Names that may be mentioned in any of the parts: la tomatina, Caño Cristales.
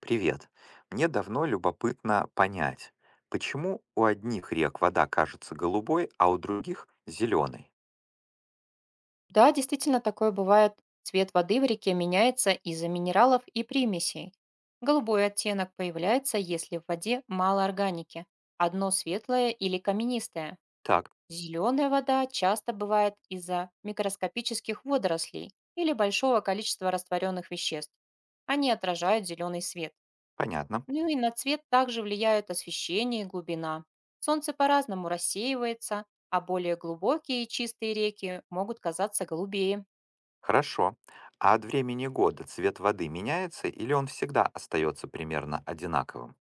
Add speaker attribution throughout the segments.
Speaker 1: Привет. Мне давно любопытно понять, почему у одних рек вода кажется голубой, а у других зеленой.
Speaker 2: Да, действительно, такое бывает. Цвет воды в реке меняется из-за минералов и примесей. Голубой оттенок появляется, если в воде мало органики, а дно светлое или каменистое.
Speaker 1: Так,
Speaker 2: Зеленая вода часто бывает из-за микроскопических водорослей или большого количества растворенных веществ. Они отражают зеленый свет.
Speaker 1: понятно.
Speaker 2: Ну и на цвет также влияют освещение и глубина. Солнце по-разному рассеивается, а более глубокие и чистые реки могут казаться голубее.
Speaker 1: Хорошо. А от времени года цвет воды меняется или он всегда остается примерно одинаковым?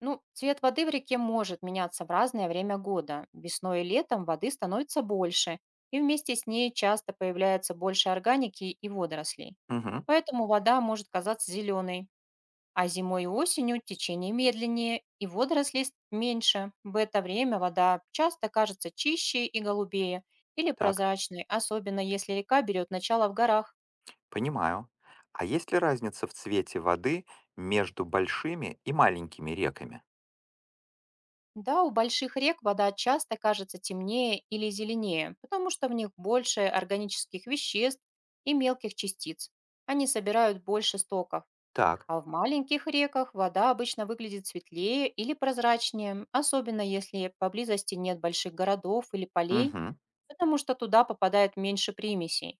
Speaker 2: Ну, цвет воды в реке может меняться в разное время года. Весной и летом воды становится больше, и вместе с ней часто появляется больше органики и водорослей.
Speaker 1: Угу,
Speaker 2: Поэтому вода может казаться зеленой, а зимой и осенью течение медленнее и меньше. В это время вода часто кажется чище и голубее или
Speaker 1: так,
Speaker 2: прозрачной, особенно если река берет начало в горах.
Speaker 1: понимаю. А есть ли разница в цвете воды между большими и маленькими реками?
Speaker 2: Да, у больших рек вода часто кажется темнее или зеленее, потому что в них больше органических веществ и мелких частиц. Они собирают больше стоков.
Speaker 1: Так,
Speaker 2: А в маленьких реках вода обычно выглядит светлее или прозрачнее, особенно если поблизости нет больших городов или полей,
Speaker 1: угу.
Speaker 2: потому что туда попадает меньше примесей.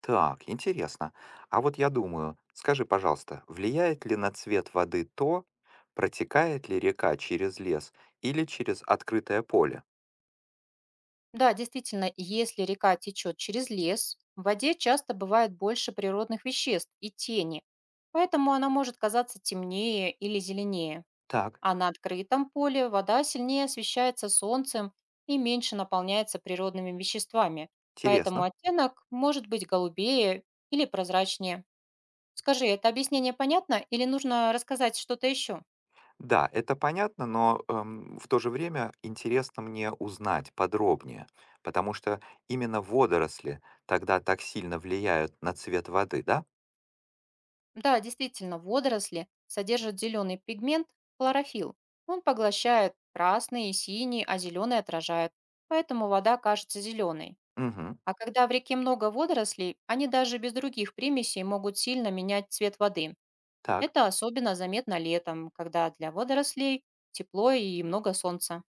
Speaker 1: Так, интересно. А вот я думаю, скажи, пожалуйста, влияет ли на цвет воды то, протекает ли река через лес или через открытое поле?
Speaker 2: Да, действительно, если река течет через лес, в воде часто бывает больше природных веществ и тени, поэтому она может казаться темнее или зеленее.
Speaker 1: Так,
Speaker 2: А на открытом поле вода сильнее освещается солнцем и меньше наполняется природными веществами, поэтому
Speaker 1: интересно.
Speaker 2: оттенок может быть голубее или прозрачнее. Скажи, это объяснение понятно или нужно рассказать что-то еще?
Speaker 1: Да, это понятно, но в то же время интересно мне узнать подробнее, потому что именно водоросли тогда так сильно влияют на цвет воды, да?
Speaker 2: Да, действительно, водоросли содержат зеленый пигмент хлорофилл. Он поглощает красный и синий, а зеленый отражает. Поэтому вода кажется зеленой.
Speaker 1: Угу,
Speaker 2: А когда в реке много водорослей, они даже без других примесей могут сильно менять цвет воды.
Speaker 1: так.
Speaker 2: Это особенно заметно летом, когда для водорослей тепло и много солнца.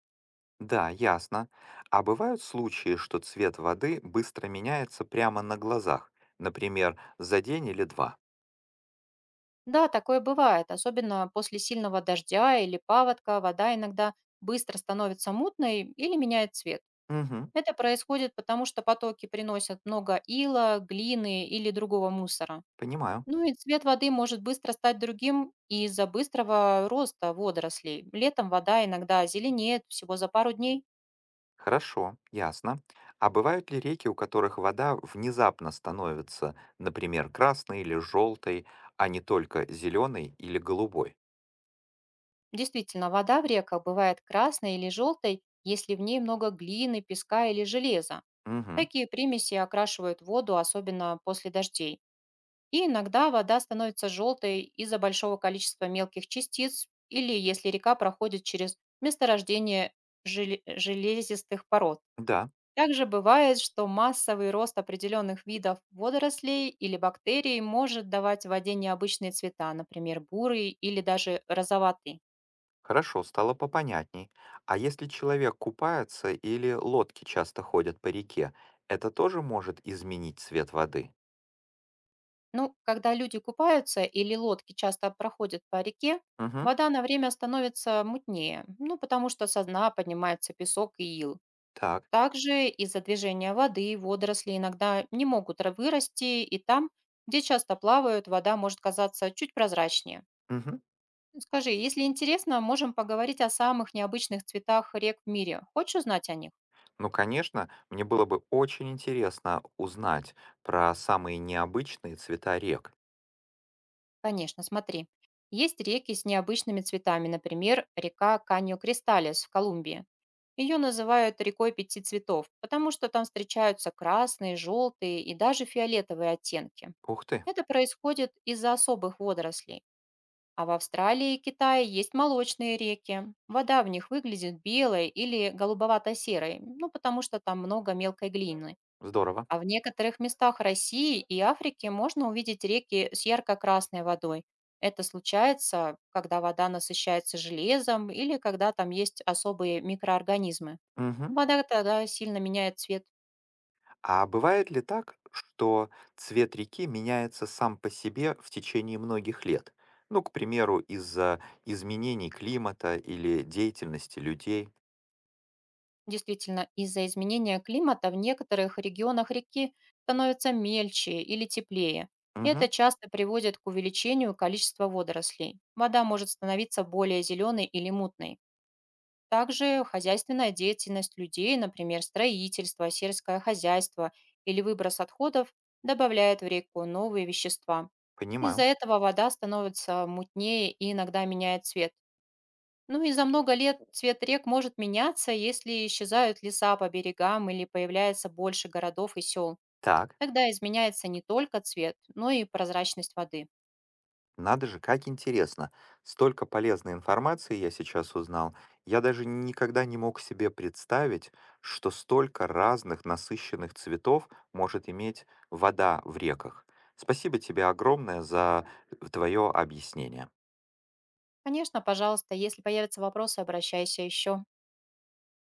Speaker 1: Да, ясно. А бывают случаи, что цвет воды быстро меняется прямо на глазах, например, за день или два.
Speaker 2: Да, такое бывает, особенно после сильного дождя или паводка вода иногда быстро становится мутной или меняет цвет.
Speaker 1: Угу,
Speaker 2: Это происходит потому, что потоки приносят много ила, глины или другого мусора.
Speaker 1: понимаю.
Speaker 2: Ну и цвет воды может быстро стать другим из-за быстрого роста водорослей. Летом вода иногда зеленеет всего за пару дней.
Speaker 1: Хорошо, ясно. А бывают ли реки, у которых вода внезапно становится, например, красной или желтой, а не только зеленой или голубой?
Speaker 2: Действительно, вода в реках бывает красной или желтой, если в ней много глины, песка или железа.
Speaker 1: Угу,
Speaker 2: Такие примеси окрашивают воду, особенно после дождей. И иногда вода становится желтой из-за большого количества мелких частиц или если река проходит через месторождение железистых пород.
Speaker 1: да,
Speaker 2: Также бывает, что массовый рост определенных видов водорослей или бактерий может давать воде необычные цвета, например, бурый или даже розоватый.
Speaker 1: хорошо, стало попонятней. А если человек купается или лодки часто ходят по реке, это тоже может изменить цвет воды?
Speaker 2: Ну, когда люди купаются или лодки часто проходят по реке,
Speaker 1: Угу,
Speaker 2: вода на время становится мутнее, ну, потому что со дна поднимается песок и ил.
Speaker 1: так.
Speaker 2: Также из-за движения воды водоросли иногда не могут вырасти, и там, где часто плавают, вода может казаться чуть прозрачнее.
Speaker 1: Мгм.
Speaker 2: Скажи, если интересно, можем поговорить о самых необычных цветах рек в мире. Хочешь узнать о них?
Speaker 1: Ну, конечно, мне было бы очень интересно узнать про самые необычные цвета рек.
Speaker 2: Конечно, смотри. Есть реки с необычными цветами, например, река Каньо Кристалес в Колумбии. Ее называют рекой пяти цветов, потому что там встречаются красные, желтые и даже фиолетовые оттенки.
Speaker 1: Ух ты,
Speaker 2: Это происходит из-за особых водорослей. А в Австралии и Китае есть молочные реки. Вода в них выглядит белой или голубовато-серой, ну потому что там много мелкой глины.
Speaker 1: здорово.
Speaker 2: А в некоторых местах России и Африки можно увидеть реки с ярко-красной водой. Это случается, когда вода насыщается железом или когда там есть особые микроорганизмы.
Speaker 1: Мгм.
Speaker 2: Вода тогда сильно меняет цвет.
Speaker 1: А бывает ли так, что цвет реки меняется сам по себе в течение многих лет? Ну, к примеру, из-за изменений климата или деятельности людей.
Speaker 2: Действительно, из-за изменения климата в некоторых регионах реки становятся мельче или теплее. Это
Speaker 1: Мгм.
Speaker 2: часто приводит к увеличению количества водорослей. Вода может становиться более зеленой или мутной. Также хозяйственная деятельность людей, например, строительство, сельское хозяйство или выброс отходов, добавляет в реку новые вещества. Из-за
Speaker 1: Понимаю.
Speaker 2: этого вода становится мутнее и иногда меняет цвет. Ну и за много лет цвет рек может меняться, если исчезают леса по берегам или появляется больше городов и сел.
Speaker 1: Так.
Speaker 2: Тогда изменяется не только цвет, но и прозрачность воды.
Speaker 1: Надо же, как интересно. Столько полезной информации я сейчас узнал. Я даже никогда не мог себе представить, что столько разных насыщенных цветов может иметь вода в реках. Спасибо тебе огромное за твое объяснение.
Speaker 2: Конечно, пожалуйста, если появятся вопросы, обращайся еще.